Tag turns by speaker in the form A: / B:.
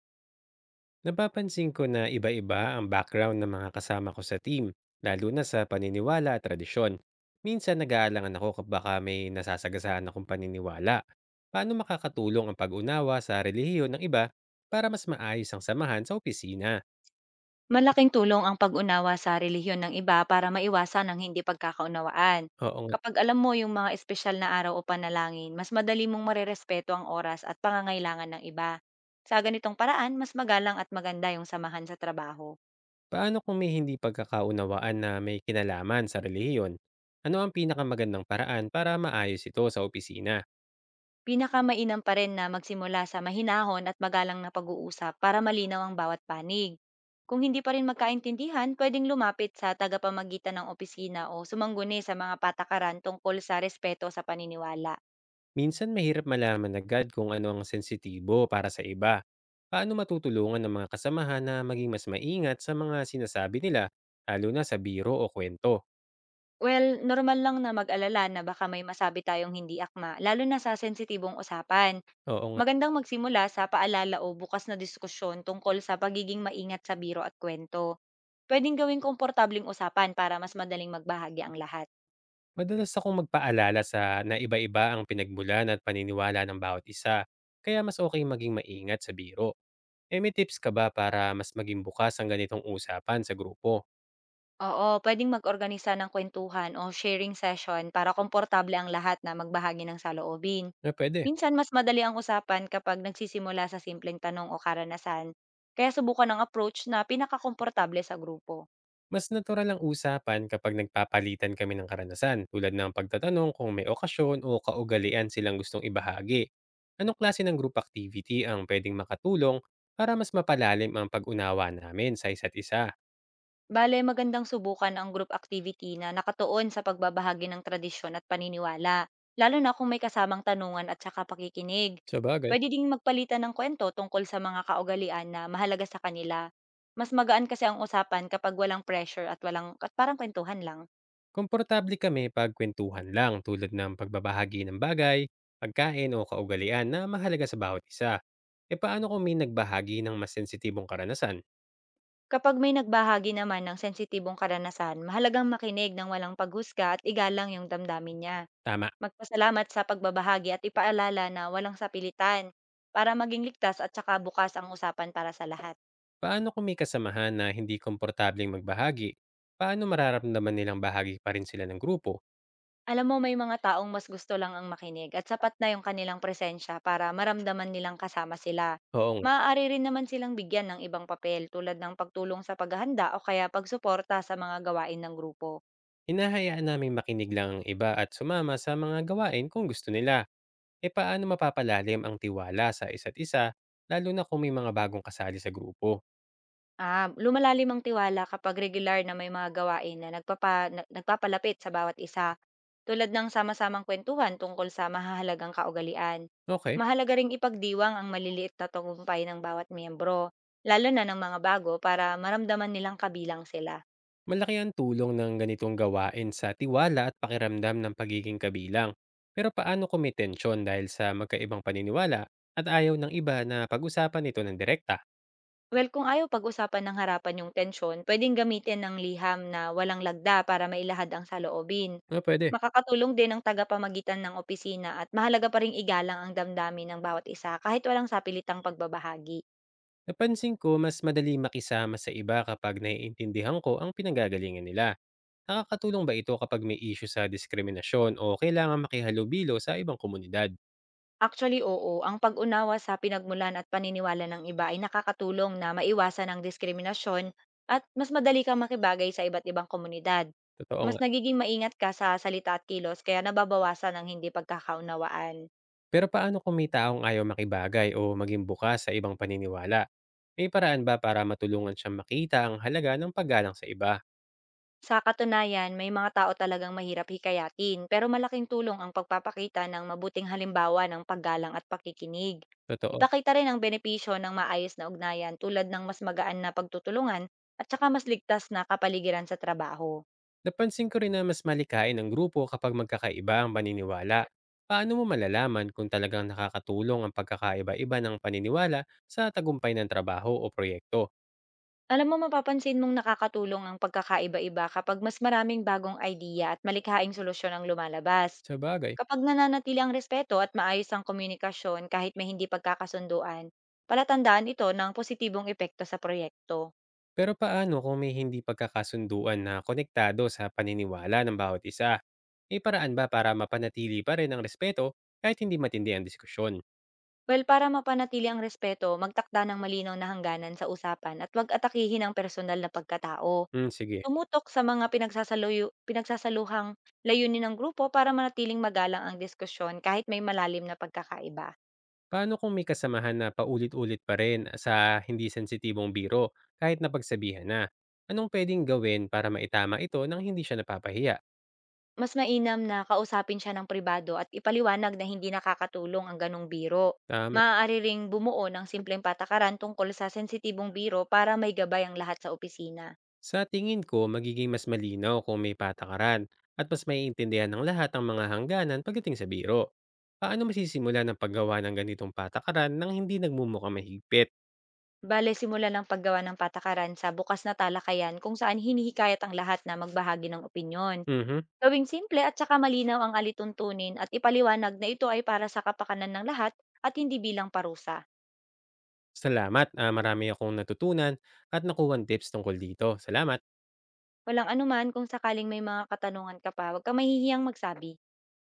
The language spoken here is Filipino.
A: Napapansin ko na iba-iba ang background ng mga kasama ko sa team, lalo na sa paniniwala at tradisyon. Minsan nag-aalangan ako baka may nasasagasaan akong paniniwala. Paano makakatulong ang pag-unawa sa relihiyon ng iba para mas maayos ang samahan sa opisina?
B: Malaking tulong ang pag-unawa sa relihiyon ng iba para maiwasan ang hindi pagkakaunawaan.
A: Oo nga.
B: Kapag alam mo yung mga espesyal na araw o panalangin, mas madali mong marerespeto ang oras at pangangailangan ng iba. Sa ganitong paraan, mas magalang at maganda yung samahan sa trabaho.
A: Paano kung may hindi pagkakaunawaan na may kinalaman sa relihiyon? Ano ang pinakamagandang paraan para maayos ito sa opisina?
B: Pinakamainam pa rin na magsimula sa mahinahon at magalang na pag-uusap para malinaw ang bawat panig. Kung hindi pa rin magkaintindihan, pwedeng lumapit sa tagapamagitan ng opisina o sumangguni sa mga patakaran tungkol sa respeto sa paniniwala.
A: Minsan mahirap malaman agad kung ano ang sensitibo para sa iba. Paano matutulungan ng mga kasamahan na maging mas maingat sa mga sinasabi nila, lalo na sa biro o kwento?
B: Well, normal lang na mag-alala na baka may masabi tayong hindi akma, lalo na sa sensitibong usapan.
A: Oo nga.
B: Magandang magsimula sa paalala o bukas na diskusyon tungkol sa pagiging maingat sa biro at kwento. Pwedeng gawing komportabling usapan para mas madaling magbahagi ang lahat.
A: Madalas akong magpaalala sa na iba-iba ang pinagmulan at paniniwala ng bawat isa, kaya mas okay maging maingat sa biro. Eh may tips ka ba para mas maging bukas ang ganitong usapan sa grupo?
B: Oo, pwedeng mag-organisa ng kwentuhan o sharing session para komportable ang lahat na magbahagi ng saloobin.
A: Na pwede.
B: Minsan, mas madali ang usapan kapag nagsisimula sa simpleng tanong o karanasan, kaya subukan ang approach na pinakakomportable sa grupo.
A: Mas natural ang usapan kapag nagpapalitan kami ng karanasan tulad ng pagtatanong kung may okasyon o kaugalian silang gustong ibahagi. Anong klase ng group activity ang pwedeng makatulong para mas mapalalim ang pag-unawa namin sa isa't isa?
B: Bale, magandang subukan ang group activity na nakatuon sa pagbabahagi ng tradisyon at paniniwala, lalo na kung may kasamang tanungan at saka pakikinig.
A: Sa bagay,
B: Pwede ding magpalitan ng kwento tungkol sa mga kaugalian na mahalaga sa kanila. Mas magaan kasi ang usapan kapag walang pressure at walang parang kwentuhan lang.
A: komportable kami pag kwentuhan lang tulad ng pagbabahagi ng bagay, pagkain o kaugalian na mahalaga sa bawat isa. E paano kung may nagbahagi ng mas sensitibong karanasan?
B: Kapag may nagbahagi naman ng sensitibong karanasan, mahalagang makinig ng walang paghusga at igalang yung damdamin niya.
A: Tama.
B: Magpasalamat sa pagbabahagi at ipaalala na walang sapilitan para maging ligtas at saka bukas ang usapan para sa lahat.
A: Paano kung may kasamahan na hindi komportableng magbahagi? Paano mararamdaman nilang bahagi pa rin sila ng grupo?
B: Alam mo, may mga taong mas gusto lang ang makinig at sapat na yung kanilang presensya para maramdaman nilang kasama sila.
A: Oo nga,
B: Maaari rin naman silang bigyan ng ibang papel, tulad ng pagtulong sa paghahanda o kaya pagsuporta sa mga gawain ng grupo.
A: hinahayaan naming makinig lang ang iba at sumama sa mga gawain kung gusto nila. E paano mapapalalim ang tiwala sa isa't isa, lalo na kung may mga bagong kasali sa grupo?
B: Ah, lumalalim ang tiwala kapag regular na may mga gawain na nagpapalapit sa bawat isa, tulad ng sama-samang kwentuhan tungkol sa mahahalagang kaugalian.
A: Okay,
B: Mahalaga ring ipagdiwang ang maliliit na tagumpay ng bawat miyembro, lalo na ng mga bago, para maramdaman nilang kabilang sila.
A: malaki ang tulong ng ganitong gawain sa tiwala at pakiramdam ng pagiging kabilang. Pero paano kung may tensyon dahil sa magkaibang paniniwala at ayaw ng iba na pag-usapan ito ng direkta?
B: Well, kung ayaw pag-usapan ng harapan yung tensyon, pwedeng gamitin ng liham na walang lagda para mailahad ang saloobin.
A: Ah, pwede.
B: Makakatulong din ang tagapamagitan ng opisina, at mahalaga pa ring igalang ang damdamin ng bawat isa kahit walang sapilitang pagbabahagi.
A: Napansin ko mas madali makisama sa iba kapag naiintindihan ko ang pinanggagalingan nila. Nakakatulong ba ito kapag may issue sa diskriminasyon o kailangan makihalubilo sa ibang komunidad?
B: Actually, oo, ang pag-unawa sa pinagmulan at paniniwala ng iba ay nakakatulong na maiwasan ang diskriminasyon at mas madali kang makibagay sa iba't ibang komunidad.
A: Totoo
B: Mas
A: nga.
B: nagiging maingat ka sa salita at kilos, kaya nababawasan ang hindi pagkakaunawaan.
A: Pero paano kung may taong ayaw makibagay o maging bukas sa ibang paniniwala? May paraan ba para matulungan siyang makita ang halaga ng paggalang sa iba?
B: Sa katunayan, may mga tao talagang mahirap hikayatin, pero malaking tulong ang pagpapakita ng mabuting halimbawa ng paggalang at pakikinig.
A: Totoo.
B: Ipakita rin ang benepisyo ng maayos na ugnayan, tulad ng mas magaan na pagtutulungan at saka mas ligtas na kapaligiran sa trabaho.
A: Napansin ko rin na mas malikain ang grupo kapag magkakaiba ang paniniwala. Paano mo malalaman kung talagang nakakatulong ang pagkakaiba-iba ng paniniwala sa tagumpay ng trabaho o proyekto?
B: Alam mo, mapapansin mong nakakatulong ang pagkakaiba-iba kapag mas maraming bagong idea at malikhaing solusyon ang lumalabas.
A: Sa bagay.
B: Kapag nananatili ang respeto at maayos ang komunikasyon kahit may hindi pagkakasunduan, palatandaan ito ng positibong epekto sa proyekto.
A: Pero paano kung may hindi pagkakasunduan na konektado sa paniniwala ng bawat isa? May paraan ba para mapanatili pa rin ang respeto kahit hindi matindi ang diskusyon?
B: Well, para mapanatili ang respeto, magtakda ng malinaw na hangganan sa usapan at huwag atakihin ang personal na pagkatao.
A: Hmm, sige.
B: Tumutok sa mga pinagsasaluhang layunin ng grupo para manatiling magalang ang diskusyon kahit may malalim na pagkakaiba.
A: Paano kung may kasamahan na paulit-ulit pa rin sa hindi sensitibong biro kahit napagsabihan na? Anong pwedeng gawin para maitama ito nang hindi siya napapahiya?
B: Mas mainam na kausapin siya ng pribado at ipaliwanag na hindi nakakatulong ang ganong biro.
A: Um,
B: Maaari ring bumuo ng simpleng patakaran tungkol sa sensitibong biro para may gabay ang lahat sa opisina.
A: sa tingin ko, magiging mas malinaw kung may patakaran at mas maiintindihan ng lahat ang mga hangganan pagdating sa biro. Paano masisimula ng paggawa ng ganitong patakaran nang hindi nagmumukha mahigpit?
B: Bale, simula ng paggawa ng patakaran sa bukas na talakayan kung saan hinihikayat ang lahat na magbahagi ng opinyon.
A: Mhm.
B: Gawing simple at saka malinaw ang alituntunin at ipaliwanag na ito ay para sa kapakanan ng lahat at hindi bilang parusa.
A: Salamat. Marami akong natutunan at nakuha tips tungkol dito. Salamat.
B: Walang anuman. Kung sakaling may mga katanungan ka pa, huwag ka mahihiyang magsabi.